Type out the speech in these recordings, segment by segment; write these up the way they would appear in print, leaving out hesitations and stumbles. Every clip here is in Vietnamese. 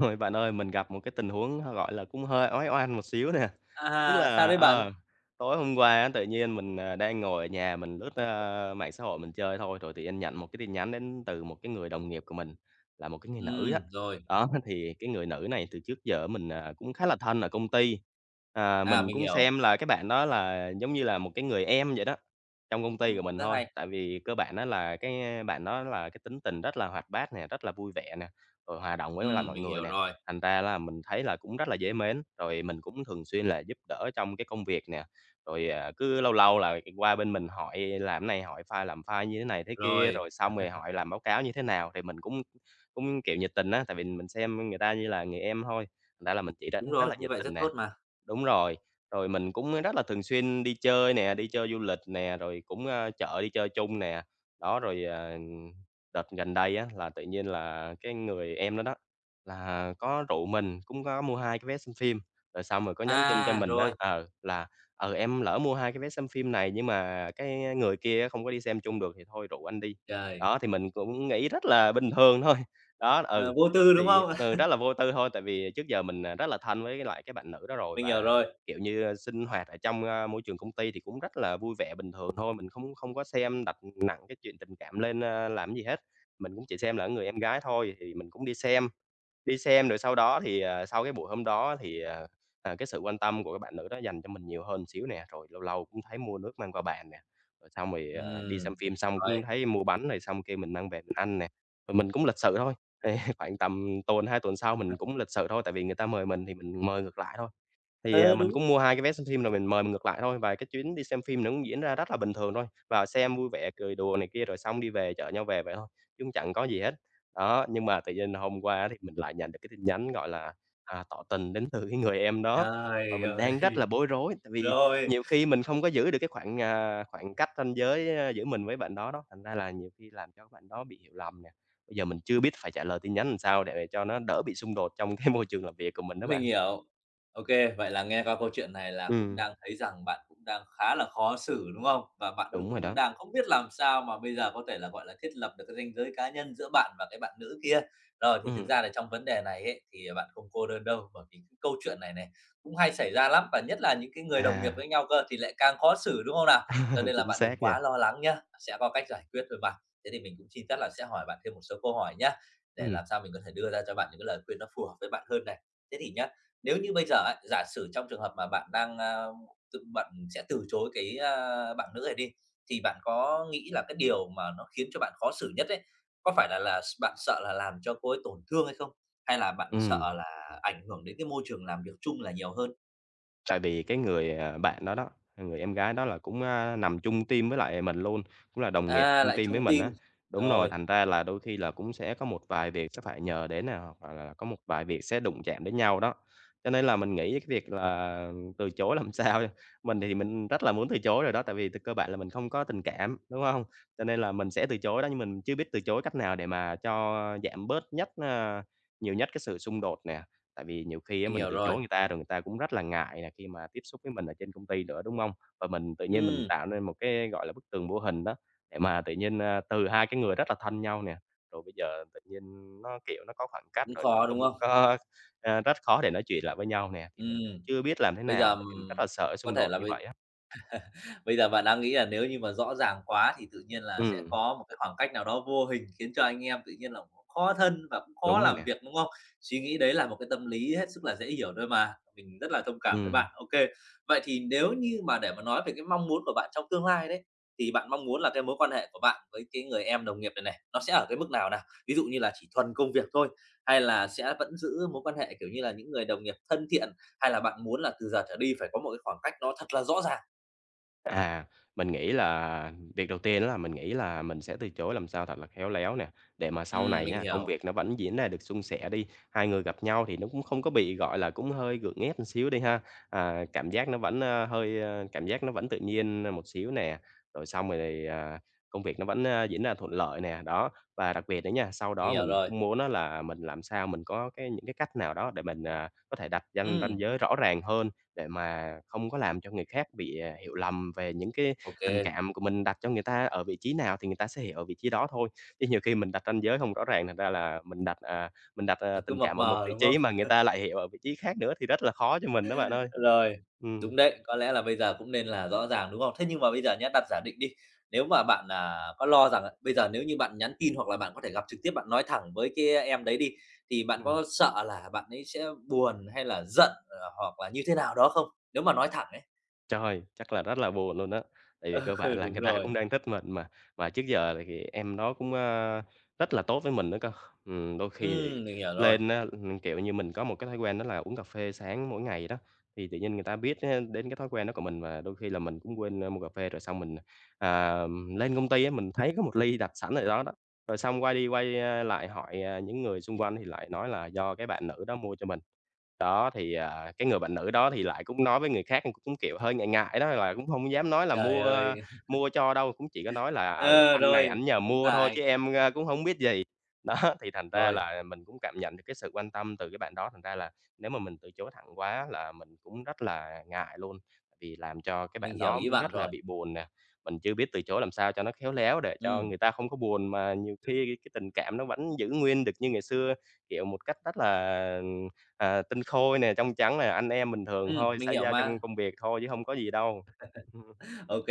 Ôi, bạn ơi, mình gặp một cái tình huống, h gọi là, cũng hơi ói oăm một xíu nè. Tức À, sao là đấy bạn? Tối hôm qua á, tự nhiên mình đang ngồi ở nhà mình lướt mạng xã hội mình chơi thôi, rồi tự nhiên nhận một cái tin nhắn đến từ một cái người đồng nghiệp của mình, là một cái người nữ á. Rồi, Đó, thì cái người nữ này từ trước giờ mình cũng khá là thân ở công ty. Mình mình cũng hiểu. xem là cái bạn đó là giống như là một cái người em vậy đó, trong công ty của mình Rất thôi. hay. Tại vì cơ bản á là cái bạn đó là cái tính tình rất là hoạt bát nè, rất là vui vẻ nè rồi hòa đồng với lại mọi Mình người hiểu nè. rồi. Thành ra là mình thấy là cũng rất là dễ mến, rồi mình cũng thường xuyên là giúp đỡ trong cái công việc nè, rồi cứ lâu lâu là qua bên mình hỏi làm này, hỏi file làm file như thế này thế kia, Rồi, rồi xong rồi hỏi làm báo cáo như thế nào, thì mình cũng cũng, kiểu, nhiệt tình á, tại vì mình xem người ta như là người em thôi, thành ra là mình chỉ ra đúng rất rồi, là như nhiệt vậy tình rất nè. tốt mà. Đúng rồi, rồi mình cũng rất là thường xuyên đi chơi nè, đi chơi du lịch nè, rồi cũng chợ đi chơi chung nè. Đó, rồi đợt gần đây á, là tự nhiên là cái người em đó đó, là có rủ mình, cũng có mua 2 cái vé xem phim, rồi xong rồi có nhắn tin cho À, mình á, rồi, ờ, là "Ờ, em lỡ mua 2 cái vé xem phim này nhưng mà cái người kia không có đi xem chung được thì thôi rủ anh đi." trời, Đó, thì mình cũng nghĩ rất là bình thường thôi. Đó, ờ, vô tư, đúng thì, không? Rất là vô tư thôi, tại vì trước giờ mình rất là thân với cái loại cái bạn nữ đó rồi Mình hiểu và, rồi, kiểu như, sinh hoạt ở trong môi trường công ty thì cũng rất là vui vẻ bình thường thôi, mình không không có xem đặt nặng cái chuyện tình cảm lên, làm gì hết. Mình cũng chỉ xem là người em gái thôi thì mình cũng đi xem. Đi xem rồi sau đó thì sau cái buổi hôm đó thì cái sự quan tâm của cái bạn nữ đó dành cho mình nhiều hơn xíu nè, rồi lâu lâu cũng thấy mua nước mang qua bàn nè, rồi xong rồi đi xem hiểu phim xong cũng rồi. thấy mua bánh rồi xong kêu mình mang về mình ăn nè. Rồi mình cũng lịch sự thôi, thì khoảng tầm tuần, 2 tuần sau mình cũng lịch sự thôi, tại vì người ta mời mình thì mình mời ngược lại thôi. Ờ, Mình đúng, cũng mua 2 cái vé xem phim rồi mình mời mình ngược lại thôi, và cái chuyến đi xem phim nó cũng diễn ra rất là bình thường thôi, vào xem vui vẻ, cười đùa này kia rồi xong đi về chở nhau về vậy thôi, chứ cũng chẳng có gì hết. Đó, nhưng mà tự nhiên hôm qua thì mình lại nhận được cái tin nhắn, gọi là, tỏ tình đến từ cái người em đó, và trời mình đang rất ơi! là bối rối, tại vì Rồi. nhiều khi mình không có giữ được cái khoảng cách ranh giới, giữa mình với bạn đó đó, thành ra là nhiều khi làm cho bạn đó bị hiểu lầm nè. Bây giờ mình chưa biết phải trả lời tin nhắn làm sao để cho nó đỡ bị xung đột trong cái môi trường làm việc của mình đó Mình bạn. hiểu. OK, vậy là nghe qua câu chuyện này là cũng Ừ, đang thấy rằng bạn cũng đang khá là khó xử, đúng không? Và bạn đúng rồi cũng đó. đang không biết làm sao mà bây giờ có thể là, gọi là, thiết lập được cái ranh giới cá nhân giữa bạn và cái bạn nữ kia. Rồi, thì thực Ừm, ra là trong vấn đề này ấy, thì bạn không cô đơn đâu, bởi vì cái câu chuyện này này cũng hay xảy ra lắm, và nhất là những cái người đồng nghiệp à, với nhau cơ thì lại càng khó xử, đúng không nào? Cho nên là chính bạn đừng xác nha. quá lo lắng nhá, sẽ có cách giải quyết thôi mà. Thế thì mình cũng xin phép là sẽ hỏi bạn thêm một số câu hỏi nhá, để Ừm, làm sao mình có thể đưa ra cho bạn những cái lời khuyên nó phù hợp với bạn hơn này. Thế thì nhá, nếu như bây giờ ấy, giả sử trong trường hợp mà bạn đang, tự bạn sẽ từ chối cái, bạn nữ này đi, thì bạn có nghĩ là cái điều mà nó khiến cho bạn khó xử nhất ấy, có phải là bạn sợ là làm cho cô ấy tổn thương hay không? Hay là bạn sợ ừm. là ảnh hưởng đến cái môi trường làm việc chung là nhiều hơn? Tại vì cái người bạn đó đó, người em gái đó là cũng nằm chung team với lại mình luôn, cũng là đồng nghiệp À, chung lại team với chung mình team. á. Đúng rồi, Rồi, thành ra là đôi khi là cũng sẽ có một vài việc sẽ phải nhờ đến nè, hoặc là có một vài việc sẽ đụng chạm đến nhau đó. Cho nên là mình nghĩ cái việc là từ chối làm sao chứ. Mình thì mình rất là muốn từ chối rồi đó, tại vì thực cơ bản là mình không có tình cảm, đúng không? Cho nên là mình sẽ từ chối đó, nhưng mình chưa biết từ chối cách nào để mà cho giảm bớt nhiều nhất cái sự xung đột nè. Tại vì nhiều khi á mình mình hiểu từ rồi. chối người ta rồi người ta cũng rất là ngại là khi mà tiếp xúc với mình ở trên công ty nữa, đúng không? Và mình tự nhiên mình Ừm, tạo nên một cái, gọi là, bức tường vô hình đó, để mà tự nhiên từ hai cái người rất là thân nhau nè, rồi bây giờ tự nhiên nó, kiểu, nó có khoảng cách cũng rồi nó khó, không đúng không? có rất khó để nói chuyện lại với nhau nè, thì mình cũng Ừm, chưa biết làm thế bây nào, giờ, tại vì mình rất là sợ có xung thể đột là như bây vậy á. bây giờ bạn đang nghĩ là nếu như mà rõ ràng quá thì tự nhiên là sẽ Ừm, có một cái khoảng cách nào đó vô hình khiến cho anh em tự nhiên là cũng khó thân và cũng khó đúng rồi làm nè. việc, đúng không? Suy nghĩ đấy là một cái tâm lý hết sức là dễ hiểu thôi mà, mình rất là thông cảm với Ừm. bạn. OK, vậy thì nếu như mà để mà nói về cái mong muốn của bạn trong tương lai đấy, thì bạn mong muốn là cái mối quan hệ của bạn với cái người em đồng nghiệp này này, nó sẽ ở cái mức nào nào? Ví dụ như là chỉ thuần công việc thôi, hay là sẽ vẫn giữ mối quan hệ, kiểu như là, những người đồng nghiệp thân thiện, hay là bạn muốn là từ giờ trở đi phải có một cái khoảng cách nó thật là rõ ràng? À, mình nghĩ là việc đầu tiên đó là mình nghĩ là mình sẽ từ chối làm sao thật là khéo léo nè, để mà sau Ừm, này mình nha, công hiểu, việc nó vẫn diễn ra được suôn sẻ đi, hai người gặp nhau thì nó cũng không có bị, gọi là, cũng hơi gượng ép một xíu đi ha. À, cảm giác nó vẫn, ơ, hơi, ơ cảm giác nó vẫn tự nhiên một xíu nè, rồi xong rồi thì công việc nó vẫn diễn ra thuận lợi nè, đó. Và đặc biệt nữa nha, sau mình đó hiểu mình rồi. cũng muốn đó là mình làm sao mình có cái những cái cách nào đó để mình có thể đặt ranh ranh Ừm, giới rõ ràng hơn để mà không có làm cho người khác bị hiểu lầm về những cái ô kê, tình cảm của mình đặt cho người ta ở vị trí nào thì người ta sẽ hiểu ở vị trí đó thôi. Chứ nhiều khi mình đặt ranh giới không rõ ràng, thành ra là mình mình đặt nó cứ tình mập cảm ở một mờ, vị đúng không? trí mà người ta lại hiểu ở vị trí khác nữa thì rất là khó cho mình đó bạn ơi. Rồi, Ừm, đúng đấy, có lẽ là bây giờ cũng nên là rõ ràng, đúng không? Thế nhưng mà bây giờ nhá, đặt giả định đi, nếu mà bạn, có lo rằng là bây giờ nếu như bạn nhắn tin hoặc là bạn có thể gặp trực tiếp, bạn nói thẳng với cái em đấy đi, thì bạn ừm. có sợ là bạn ấy sẽ buồn hay là giận, hoặc là như thế nào đó không? Nếu mà nói thẳng ấy. Trời, chắc là rất là buồn luôn á, tại vì cơ Ừ, bản là đúng người ta rồi. cũng đang thích mình mà trước giờ là thì em đó cũng rất là tốt với mình nữa cơ. Đôi khi thì Mình hiểu rồi. lên á, kiểu như, mình có một cái thói quen đó là uống cà phê sáng mỗi ngày đó, thì tự nhiên người ta biết á đến cái thói quen đó của mình và đôi khi là mình cũng quên mua cà phê rồi xong mình, à, lên công ty á, mình thấy có một ly đặt sẵn ở đó đó, rồi xong quay đi quay lại hỏi những người xung quanh thì lại nói là do cái bạn nữ đó mua cho mình. Thì, cái người bạn nữ đó thì lại cũng nói với người khác, cũng, kiểu, hơi ngại ngại đó, là cũng không dám nói là Trời ơi! mua cho đâu, cũng chỉ có nói là "Ừ, Ờ, anh này ảnh rồi, nhờ cũng mua thôi ngại. chứ em cũng không biết gì." Đó, thì thành ra Rồi, là mình cũng cảm nhận được cái sự quan tâm từ cái bạn đó, thành ra là nếu mà mình từ chối thẳng quá là mình cũng rất là ngại luôn, vì làm cho cái mình bạn hiểu đó ý cũng bạn rất là rồi. bị buồn nè, mình chưa biết từ chối làm sao cho nó khéo léo để cho Ừm, người ta không có buồn, mà nhiều khi cái tình cảm nó vẫn giữ nguyên được như ngày xưa, kiểu, một cách rất là À, tinh khôi nè, trong trắng nè, anh em bình thường thôi, mình xã hiểu giao trong mà. công việc thôi chứ không có gì đâu. Ừm, OK.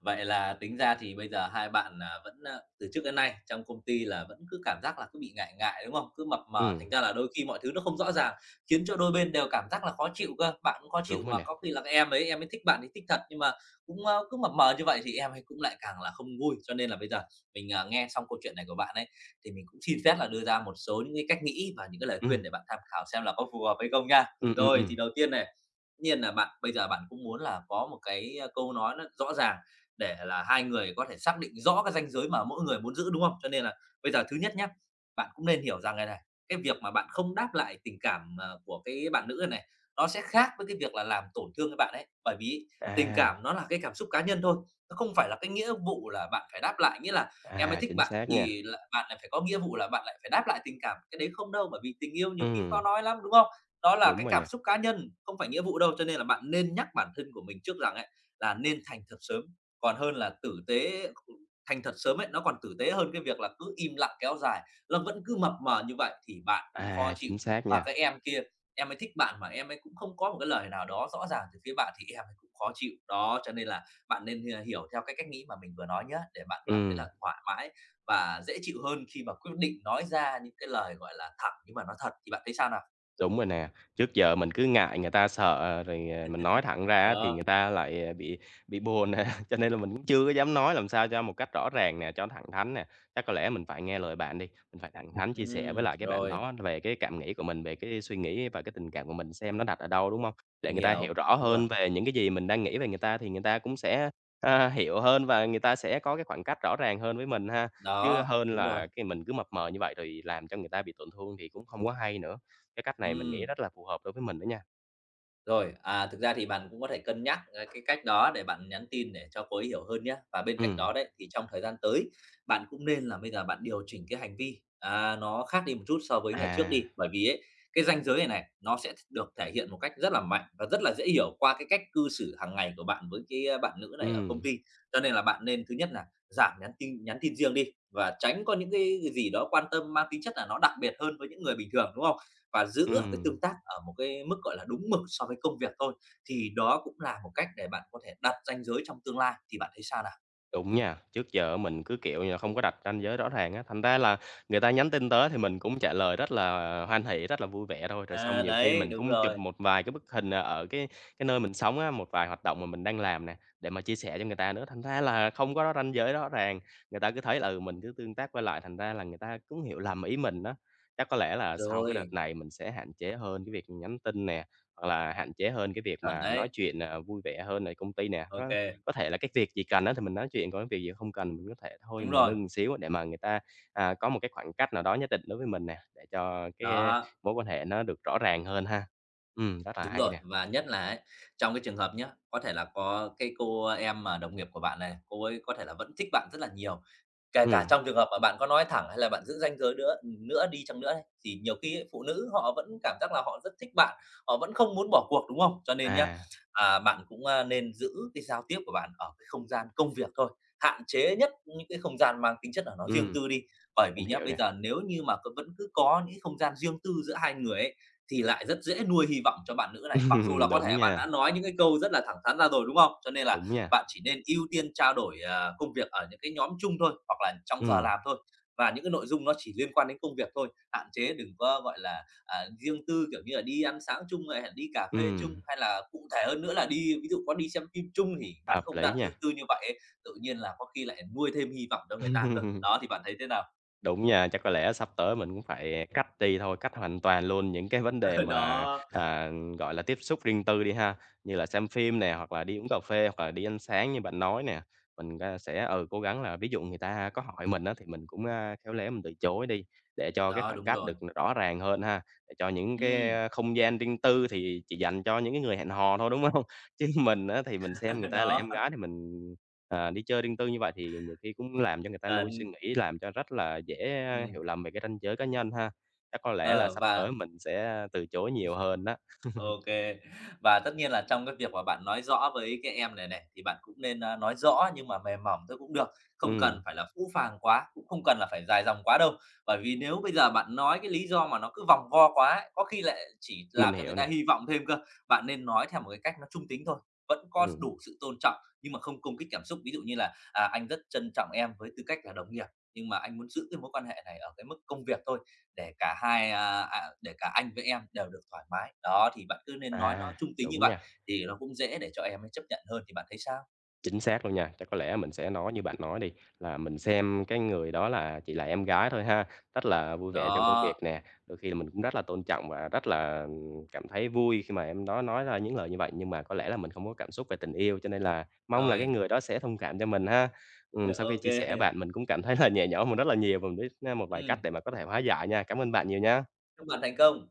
Vậy là tính ra thì bây giờ hai bạn, vẫn, từ trước đến nay trong công ty là vẫn cứ cảm giác là cứ bị ngại ngại, đúng không? Cứ mập mờ, thành ừm, ra là đôi khi mọi thứ nó không rõ ràng, khiến cho đôi bên đều cảm giác là khó chịu cơ. Bạn cũng khó chịu đúng rồi mà nè. có khi là cái em ấy thích bạn thì thích thật, nhưng mà cũng, cứ mập mờ như vậy thì em ấy cũng lại càng là không vui. Cho nên là bây giờ mình, nghe xong câu chuyện này của bạn ấy, thì mình cũng xin phép là đưa ra một số những cái cách nghĩ và những cái lời Ừm, khuyên để bạn tham khảo xem là có phù hợp hay không nha. ừm, ừm, Rồi, ừm. thì đầu tiên này, nhiên là bạn bây giờ bạn cũng muốn là có một cái, câu nói nó rõ ràng để là hai người có thể xác định rõ cái ranh giới mà mỗi người muốn giữ, đúng không? Cho nên là bây giờ thứ nhất nhá, bạn cũng nên hiểu rằng cái này, cái việc mà bạn không đáp lại tình cảm, của cái bạn nữ này nó sẽ khác với cái việc là làm tổn thương cái bạn ấy. Bởi vì tình À, cảm nó là cái cảm xúc cá nhân thôi, nó không phải là cái nghĩa vụ là bạn phải đáp lại, nghĩa là em ấy à, thích chính bạn xác nha. thì là bạn lại phải có nghĩa vụ là bạn lại phải đáp lại tình cảm, cái đấy không đâu. Bởi vì tình yêu nhiều khi Ừm, khó nói lắm, đúng không? Đó là đúng cái rồi cảm nè. xúc cá nhân, không phải nghĩa vụ đâu, cho nên là bạn nên nhắc bản thân của mình trước rằng ấy, là nên thành thật sớm, còn hơn là tử tế thành thật sớm ấy, nó còn tử tế hơn cái việc là cứ im lặng kéo dài, nó vẫn cứ mập mờ như vậy thì bạn cũng khó À, chịu. chính xác Và nha. cái em kia, em ấy thích bạn mà em ấy cũng không có một cái lời nào đó rõ ràng từ phía bạn thì em ấy cũng khó chịu. Đó, cho nên là bạn nên hiểu theo cái cách nghĩ mà mình vừa nói nhé để bạn cảm thấy Ừm. là thoải mái và dễ chịu hơn khi mà quyết định nói ra những cái lời, gọi là, thẳng nhưng mà nó thật, thì bạn thấy sao nào? Đúng rồi nè, trước giờ mình cứ ngại người ta sợ rồi, mình nói thẳng ra thì Đó. người ta lại bị buồn nè, cho nên là mình cũng chưa có dám nói làm sao cho một cách rõ ràng nè, cho thẳng thắn nè. Chắc có lẽ mình phải nghe lời bạn đi, mình phải thẳng thắn chia sẻ với lại cái bạn Rồi, đó về cái cảm nghĩ của mình, về cái suy nghĩ và cái tình cảm của mình xem nó đặt ở đâu, đúng không? Để mình người ta hiểu hiểu, rõ đúng rồi, hơn về những cái gì mình đang nghĩ về người ta thì người ta cũng sẽ, hiểu hơn và người ta sẽ có cái khoảng cách rõ ràng hơn với mình ha, chứ đó, hơn đúng rồi, là cái mình cứ mập mờ như vậy rồi làm cho người ta bị tổn thương thì cũng không có hay nữa. Cái cách này mình nghĩ ừm. rất là phù hợp đối với mình đó nha. Rồi, thực ra thì bạn cũng có thể cân nhắc, cái cách đó để bạn nhắn tin để cho cô ấy hiểu hơn nhé. Và bên cạnh Ừm. đó đấy, thì trong thời gian tới, bạn cũng nên là bây giờ bạn điều chỉnh cái hành vi, nó khác đi một chút so với ngày trước À, đi. Bởi vì ấy, cái ranh giới này này, nó sẽ được thể hiện một cách rất là mạnh và rất là dễ hiểu qua cái cách cư xử hàng ngày của bạn với cái, bạn nữ này ở công ừm, ty. Cho nên là bạn nên thứ nhất là giảm nhắn tin riêng đi và tránh có những cái gì đó quan tâm mang tính chất là nó đặc biệt hơn với những người bình thường, đúng không? Và giữ ở cái ừm. tương tác ở một cái mức, gọi là, đúng mực so với công việc thôi. Thì đó cũng là một cách để bạn có thể đặt ranh giới trong tương lai, thì bạn thấy sao nào? Đúng nha, trước giờ mình cứ, kiểu như là, không có đặt ranh giới rõ ràng á, thành ra là người ta nhắn tin tới thì mình cũng trả lời rất là hoan hỉ, rất là vui vẻ thôi. Rồi xong À, nhiều khi đấy, mình đúng cũng chụp rồi. một vài cái bức hình, ở cái nơi mình sống á, một vài hoạt động mà mình đang làm nè, để mà chia sẻ cho người ta nữa, thành ra là không có ranh giới rõ ràng. Người ta cứ thấy là, ừ, mình cứ tương tác qua lại, thành ra là người ta cũng hiểu lầm ý mình đó. Chắc có lẽ là sau cái đợt Rồi. này mình sẽ hạn chế hơn cái việc nhắn tin nè, hoặc là hạn chế hơn cái việc Chuẩn mà nói đấy, chuyện, vui vẻ hơn ở công ty nè. OK, Có thể là cái việc gì cần á thì mình nói chuyện, còn cái việc gì không cần mình có thể thôi đúng mình rồi, ngưng xíu để mà người ta, có một cái khoảng cách nào đó nhất định đối với mình nè, để cho cái đó, mối quan hệ nó được rõ ràng hơn ha. Ừ rất là đúng hay rồi. nè. Và nhất là ấy, trong cái trường hợp nhá, có thể là có cái cô em mà đồng nghiệp của bạn này, cô ấy có thể là vẫn thích bạn rất là nhiều. Kể cả Ừ trong trường hợp mà bạn có nói thẳng hay là bạn giữ ranh giới nữa nữa đi chăng nữa ấy, thì nhiều khi ấy phụ nữ họ vẫn cảm giác là họ rất thích bạn, họ vẫn không muốn bỏ cuộc, đúng không? Cho nên nhá, à, bạn cũng, nên giữ cái giao tiếp của bạn ở cái không gian công việc thôi, hạn chế nhất những cái không gian mang tính chất là nó ừ riêng tư đi. Bởi vì mình nhá, hiểu bây nè. giờ nếu như mà vẫn cứ có những không gian riêng tư giữa hai người ấy, thì lại rất dễ nuôi hy vọng cho bạn nữ này. Mặc dù là có Đúng thể bạn nha, đã nói những cái câu rất là thẳng thắn ra rồi, đúng không? Cho nên là đúng nha. bạn chỉ nên ưu tiên trao đổi, công việc ở những cái nhóm chung thôi, hoặc là trong giờ Ừ làm thôi. Và những cái nội dung nó chỉ liên quan đến công việc thôi, hạn chế đừng có, gọi là, riêng tư, kiểu như là, đi ăn sáng chung này, đi cà ừ phê chung, hay là cụ thể hơn nữa là đi ví dụ có đi xem phim chung thì những cái hợp không lý gian riêng nha. tư như vậy ấy, tự nhiên là có khi lại nuôi thêm hy vọng cho người ta cơ. Đó, thì bạn thấy thế nào? Đúng nha, chắc có lẽ sắp tới mình cũng phải cắt đi thôi, cắt hoàn toàn luôn những cái vấn đề mà, Đó, à, gọi là, tiếp xúc riêng tư đi ha, như là xem phim nè, hoặc là đi uống cà phê, hoặc là đi ăn sáng như bạn nói nè. Mình, sẽ, ừ, cố gắng là ví dụ người ta có hỏi mình á thì mình cũng, khéo léo mình từ chối đi, để cho cái đó, khoảng đúng cách rồi. được rõ ràng hơn ha, để cho những cái Ừm, không gian riêng tư thì chỉ dành cho những cái người hẹn hò thôi, đúng không? Chứ mình á thì mình xem người ta là đó, em gái thì mình, đi chơi riêng tư như vậy thì nhiều khi cũng làm cho người ta ờ, nuôi suy nghĩ, làm cho rất là dễ hiểu ừm, lầm về cái ranh giới cá nhân ha. Chắc có lẽ là ờ, sắp và tới mình sẽ từ chối nhiều hơn đó. OK. Và tất nhiên là trong cái việc mà bạn nói rõ với cái em này này, thì bạn cũng nên, nói rõ nhưng mà mềm mỏng thôi cũng được, không Ừm, cần phải là phũ phàng quá, cũng không cần là phải dài dòng quá đâu. Bởi vì nếu bây giờ bạn nói cái lý do mà nó cứ vòng vo quá ấy, có khi lại chỉ mình làm cho hiểu người nè. ta hy vọng thêm cơ. Bạn nên nói theo một cái cách nó trung tính thôi, vẫn có Ừm, đủ sự tôn trọng nhưng mà không công kích cảm xúc. Ví dụ như là "À, anh rất trân trọng em với tư cách là đồng nghiệp, nhưng mà anh muốn giữ cái mối quan hệ này ở cái mức công việc thôi, để cả hai, để cả anh với em đều được thoải mái." Đó, thì bạn cứ nên nói nó à, trung tính như đúng vậy nha. thì nó cũng dễ để cho em ấy chấp nhận hơn, thì bạn thấy sao? Chính xác luôn nha, chắc có lẽ mình sẽ nói như bạn nói đi, là mình xem cái người đó là chỉ là em gái thôi ha, rất là vui vẻ trong công việc Đó, nè, đôi khi là mình cũng rất là tôn trọng và rất là, cảm thấy vui khi mà em đó nói ra những lời như vậy, nhưng mà có lẽ là mình không có cảm xúc về tình yêu, cho nên là mong là cái rồi, người đó sẽ thông cảm cho mình ha. Sau khi OK. chia sẻ Kê. bạn mình cũng cảm thấy là nhẹ nhõm mình rất là nhiều và mình biết, một vài cách để mà có thể hóa giải nha. Cảm ơn bạn nhiều nha. Chúc bạn thành công.